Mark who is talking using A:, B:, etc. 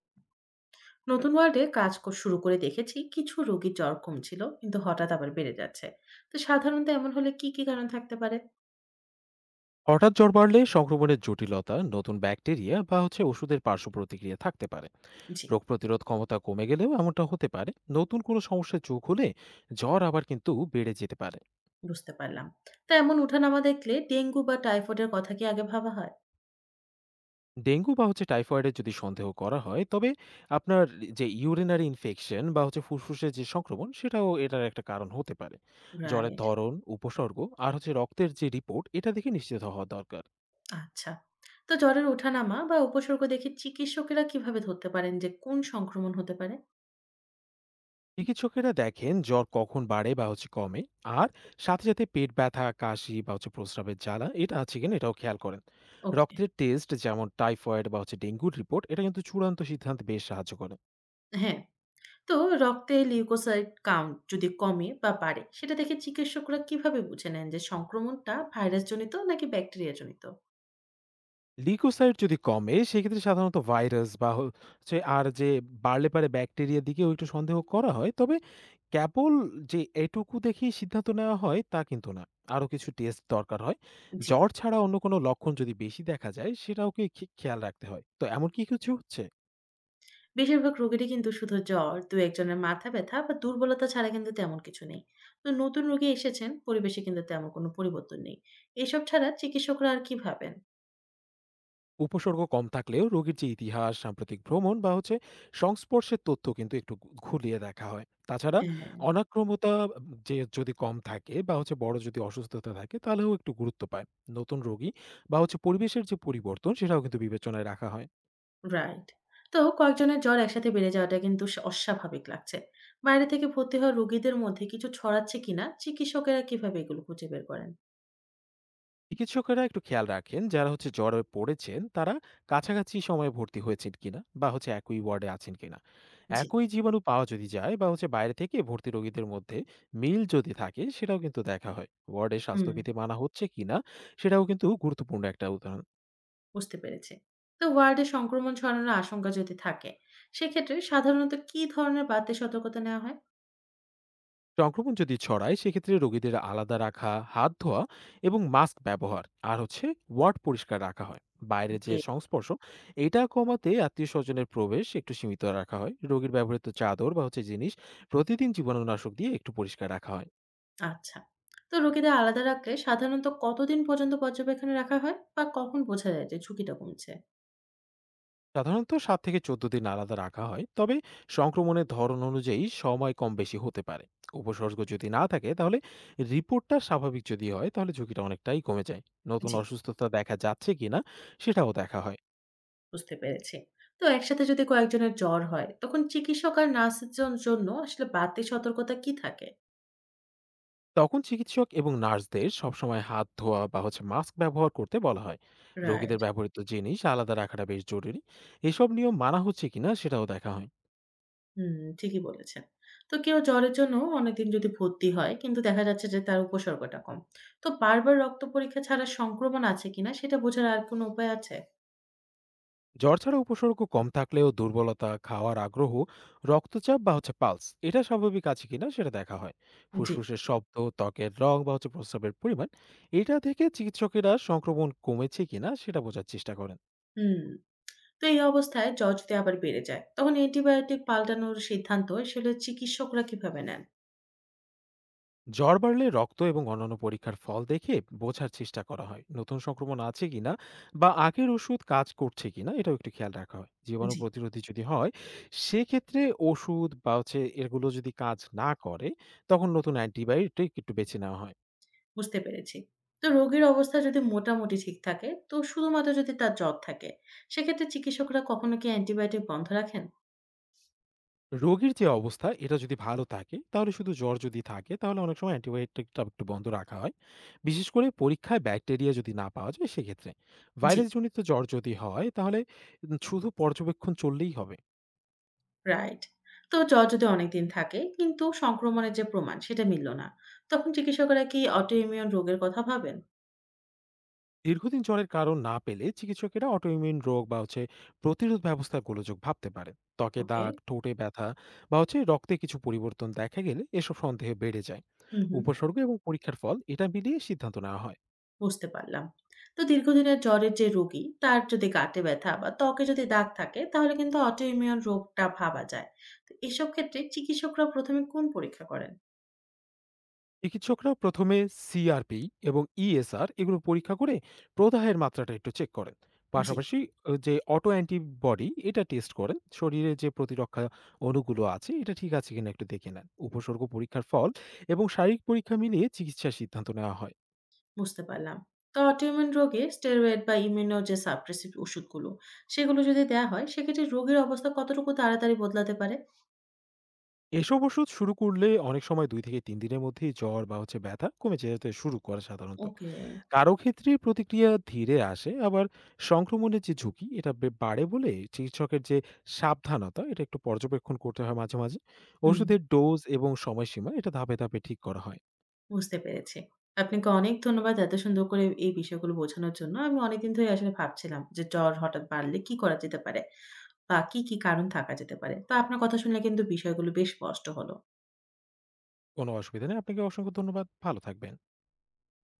A: নতুন ওয়ার্ডে শুরু করে দেখেছি কিছু রোগীর জ্বর কমছিল কিন্তু হঠাৎ আবার বেড়ে যাচ্ছে। তো সাধারণত এমন হলে কি কি কারণ থাকতে পারে?
B: হঠাৎ জ্বর বাড়লে সংক্রমণের জটিলতা, নতুন ব্যাকটেরিয়া বা ওষুধের পার্শ্ব প্রতিক্রিয়া থাকতে পারে।
A: জি।
B: রোগ প্রতিরোধ ক্ষমতা কমে গেলেও এমনটা হতে পারে। নতুন কোনো সমস্যা যোগ হলে জ্বর আবার কিন্তু বেড়ে যেতে পারে।
A: বুঝতে পারলাম। তা এমন উঠানামা দেখলে ডেঙ্গু বা টাইফয়েডের কথা কি আগে ভাবা হয়?
B: ডেঙ্গু বা টাইফয়েডের যদি সন্দেহ করা হয় তবে আপনার যে ইউরিনারি ইনফেকশন বা ফুসফুসের যে সংক্রমণ সেটাও এটার একটা কারণ হতে পারে। জ্বরের
A: রাইট।
B: ধরন, উপসর্গ আর রক্তের যে রিপোর্ট এটা দেখে নিশ্চিত হওয়া দরকার।
A: আচ্ছা। তো জ্বরের ওঠানামা বা উপসর্গ দেখে চিকিৎসকেরা কিভাবে ধরতে পারেন যে কোন সংক্রমণ হতে পারে?
B: চিকিৎসকেরা দেখেন জ্বর কখন বাড়ে বা কমে। আর সাথে সাথে পেট ব্যথা, কাশি বা প্রস্রাবের জ্বালা এটা আছে কিনা এটাও খেয়াল করেন।
A: ওকে।
B: রক্তের টেস্ট, যেমন টাইফয়েড বা ডেঙ্গুর রিপোর্ট এটা কিন্তু চূড়ান্ত সিদ্ধান্ত বেশ সাহায্য করে।
A: হ্যাঁ। তো রক্তে লিউকোসাইট কাউন্ট যদি কমে বা বাড়ে, সেটা দেখে চিকিৎসকরা কিভাবে বুঝে নেন যে সংক্রমণটা ভাইরাস জনিত নাকি ব্যাকটেরিয়া জনিত?
B: লিউকোসাইট যদি কমে সেক্ষেত্রে সাধারণত ভাইরাস বা আর যে বাড়লে পারে ব্যাকটেরিয়ার দিকেও একটু সন্দেহ করা হয়। তবে কেবল যে এটুকু দেখেই সিদ্ধান্ত নেওয়া হয় তা কিন্তু না, আরও কিছু টেস্ট দরকার হয়।
A: জি।
B: জ্বর ছাড়া অন্য কোনো লক্ষণ যদি বেশি দেখা যায় সেটাও কি খেয়াল রাখতে হয়, তো এমন কি কিছু হচ্ছে?
A: বেশিরভাগ রোগীরই কিন্তু শুধু জ্বর, দু-১ জনের মাথা ব্যথা বা দুর্বলতা ছাড়া কিন্তু তেমন কিছু নেই। তো নতুন রোগী এসেছেন, পরিবেশে কিন্তু তেমন কোনো পরিবর্তন নেই। এসব ছাড়া চিকিৎসকরা আর কি ভাবেন?
B: উপসর্গ কম থাকলেও রোগীর যে ইতিহাস, সাম্প্রতিক ভ্রমণ বা সংস্পর্শের তথ্য কিন্তু একটু ঘুলিয়ে দেখা হয়। তাছাড়া
A: হ্যাঁ।
B: অনাক্রমতা যে যদি কম থাকে বা বড় যদি অসুস্থতা থাকে তাহলেও একটু গুরুত্ব পায়। নতুন রোগী বা পরিবেশের যে পরিবর্তন সেটাও কিন্তু বিবেচনায় রাখা হয়।
A: রাইট। তো কয়েকজনের জ্বর একসাথে বেড়ে যাওয়াটা কিন্তু অস্বাভাবিক লাগছে। বাইরে থেকে ভর্তি হওয়া রোগীদের মধ্যে কিছু ছড়াচ্ছে কিনা চিকিৎসকেরা কিভাবে এগুলো খুঁজে বের করেন?
B: চিকিৎসকেরা একটু খেয়াল রাখেন যারা জ্বরে পড়েছেন তারা কাছাকাছি সময়ে ভর্তি হয়েছেন কিনা বা একই ওয়ার্ডে আছেন কিনা।
A: জি।
B: একই জীবাণু পাওয়া যদি যায় বা বাইরে থেকে ভর্তি রোগীদের মধ্যে মিল যদি থাকে সেটাও কিন্তু দেখা হয়। ওয়ার্ডে
A: হুম।
B: স্বাস্থ্যবিধি মানা হচ্ছে কিনা সেটাও কিন্তু গুরুত্বপূর্ণ একটা উদাহরণ।
A: বুঝতে পেরেছি। তো ওয়ার্ডে সংক্রমণ ছড়ানোর আশঙ্কা যদি থাকে, সেক্ষেত্রে সাধারণত কি ধরনের বাড়তি সতর্কতা নেওয়া হয়?
B: সংক্রমণ যদি ছড়ায় সেক্ষেত্রে রোগীদের আলাদা রাখা, হাত ধোয়া এবং মাস্ক ব্যবহার আর ওয়ার্ড পরিষ্কার রাখা হয়। বাইরে যে
A: ওকে।
B: সংস্পর্শ এটা কমাতে আত্মীয় স্বজনের প্রবেশ একটু সীমিত রাখা হয়। রোগীর ব্যবহৃত চাদর বা জিনিস প্রতিদিন জীবাণুনাশক দিয়ে একটু পরিষ্কার রাখা হয়।
A: আচ্ছা। তো রোগীদের আলাদা রাখলে সাধারণত কতদিন পর্যন্ত পর্যবেক্ষণে রাখা হয়? বা কখন বোঝা যায় যে ঝুঁকিটা কমছে?
B: সাধারণত 7 থেকে 14 দিন আলাদা রাখা হয়, তবে সংক্রমণের ধরন অনুযায়ী সময় কম বেশি হতে পারে। উপসর্গ যদি না থাকে তাহলে, রিপোর্টটা স্বাভাবিক যদি হয় তাহলে ঝুঁকিটা অনেকটাই কমে যায়। নতুন
A: জি।
B: অসুস্থতা দেখা যাচ্ছে কিনা সেটাও দেখা হয়।
A: বুঝতে পেরেছি। তো একসাথে যদি কয়েকজনের জ্বর হয়, তখন চিকিৎসক আর নার্সের জন্য আসলে বাড়তি সতর্কতা কি থাকে?
B: তখন চিকিৎসক এবং নার্সদের সবসময় হাত ধোয়া বা মাস্ক ব্যবহার করতে বলা হয়।
A: রাইট।
B: রোগীদের ব্যবহৃত জিনিস আলাদা রাখাটা বেশ জরুরি। এসব নিয়ম মানা হচ্ছে কিনা সেটাও দেখা হয়।
A: হুম, ঠিকই বলেছেন। তো কেউ জ্বরের জন্য অনেকদিন যদি ভর্তি হয়, কিন্তু দেখা যাচ্ছে যে তার উপসর্গটা কম। তো বারবার রক্ত পরীক্ষা ছাড়া সংক্রমণ আছে কিনা সেটা বোঝার আর কোনো উপায় আছে?
B: জ্বর ছাড়া উপসর্গ কম থাকলেও দুর্বলতা, খাওয়ার আগ্রহ, রক্তচাপ বা পালস এটা স্বাভাবিক আছে কিনা সেটা দেখা হয়।
A: জি।
B: ফুসফুসের শব্দ, ত্বকের রং বা প্রস্রাবের পরিমাণ এটা থেকে চিকিৎসকেরা সংক্রমণ কমেছে কিনা সেটা বোঝার চেষ্টা করেন।
A: হুম। তো এই অবস্থায় জ্বর যদি আবার বেড়ে যায়, তখন অ্যান্টিবায়োটিক পাল্টানোর সিদ্ধান্ত আসলে চিকিৎসকরা কিভাবে নেন?
B: জ্বর বাড়লে রক্ত এবং অন্যান্য পরীক্ষার ফল দেখে বোঝার চেষ্টা করা হয় নতুন সংক্রমণ আছে কিনা বা আগের ওষুধ কাজ করছে কিনা। এটাও একটু খেয়াল রাখা হয় জীবাণু
A: জি।
B: প্রতিরোধী যদি হয় সেক্ষেত্রে ওষুধ বা এগুলো যদি কাজ না করে তখন নতুন অ্যান্টিবায়োটিক একটু বেছে নেওয়া হয়।
A: বুঝতে পেরেছি। তো রোগীর অবস্থা যদি মোটামুটি ঠিক থাকে, তো শুধুমাত্র যদি তার জ্বর থাকে, সেক্ষেত্রে চিকিৎসকরা কখনো কি অ্যান্টিবায়োটিক বন্ধ রাখেন?
B: রোগীর যে অবস্থা এটা যদি ভালো থাকে তাহলে, শুধু জ্বর যদি থাকে তাহলে অনেক সময় অ্যান্টিবায়োটিকটা একটু বন্ধ রাখা হয়। বিশেষ করে পরীক্ষায় ব্যাকটেরিয়া যদি না পাওয়া যায় সেক্ষেত্রে,
A: জি।
B: ভাইরাসজনিত জ্বর যদি হয় তাহলে শুধু পর্যবেক্ষণ চললেই হবে।
A: রাইট। তো জ্বর যদি অনেকদিন থাকে কিন্তু সংক্রমণের যে প্রমাণ সেটা মিলল না, তখন চিকিৎসকরা কি অটোইমিউন রোগের কথা ভাবেন?
B: দীর্ঘদিন জ্বরের কারণ না পেলে চিকিৎসকেরা অটোইমিউন রোগ বা প্রতিরোধ ব্যবস্থার গোলযোগ ভাবতে পারে। ত্বকে
A: ওকে।
B: দাগ, ঠোঁটে ব্যথা বা রক্তে কিছু পরিবর্তন দেখা গেলে এসব সন্দেহ বেড়ে যায়।
A: হুম, হুম।
B: উপসর্গ এবং পরীক্ষার ফল এটা মিলিয়ে সিদ্ধান্ত নেওয়া হয়।
A: বুঝতে পারলাম। তো দীর্ঘদিনের জ্বরের যে রোগী, তার যদি গাঁটে ব্যথা বা ত্বকে যদি দাগ থাকে, তাহলে কিন্তু অটোইমিউন রোগটা ভাবা যায়। তো এসব ক্ষেত্রে চিকিৎসকরা ১ম এ কোন পরীক্ষা করেন?
B: চিকিৎসকরা প্রথমে CRP এবং ESR এগুলো পরীক্ষা করে প্রদাহের মাত্রাটা একটু চেক করেন।
A: জি।
B: পাশাপাশি যে অটো অ্যান্টিবডি এটা টেস্ট করেন। শরীরে যে প্রতিরক্ষা অণুগুলো আছে এটা ঠিক আছে কিনা একটু দেখে নেন। উপসর্গ, পরীক্ষার ফল এবং শারীরিক পরীক্ষা মিলিয়ে চিকিৎসার সিদ্ধান্ত নেওয়া হয়।
A: বুঝতে পারলাম। তো অটোইমিউন রোগে স্টেরয়েড বা ইমিউনো যে সাপ্রেসিভ ওষুধগুলো, সেগুলো যদি দেয়া হয়, সেক্ষেত্রে রোগীর অবস্থা কতটুকু তাড়াতাড়ি বদলাতে পারে?
B: এসব ওষুধ শুরু করলে অনেক সময় 2 থেকে 3 দিনের মধ্যেই জ্বর বা ব্যথা কমে যেতে শুরু করে সাধারণত।
A: ওকে,
B: কারো ক্ষেত্রে প্রতিক্রিয়া ধীরে আসে আবার। সংক্রমণের যে ঝুঁকি এটা বাড়ে বলে চিকিৎসকের যে সাবধানতা এটা একটু পর্যবেক্ষণ করতে হয় মাঝে মাঝে।
A: হুম,
B: ওষুধের ডোজ এবং সময়সীমা এটা ধাপে ধাপে ঠিক করা হয়।
A: বুঝতে পেরেছি। আপনাকে অনেক ধন্যবাদ এত সুন্দর করে এই বিষয়গুলো বোঝানোর জন্য। আমি অনেকদিন ধরে আসলে ভাবছিলাম যে জ্বর হঠাৎ বাড়লে কি করা যেতে পারে? বা কি, কি কারণ থাকা যেতে পারে? তো আপনার কথা শুনলে কিন্তু বিষয়গুলো বেশ স্পষ্ট হল।
B: কোনো অসুবিধা নেই, আপনাকে অসংখ্য ধন্যবাদ, ভালো থাকবেন।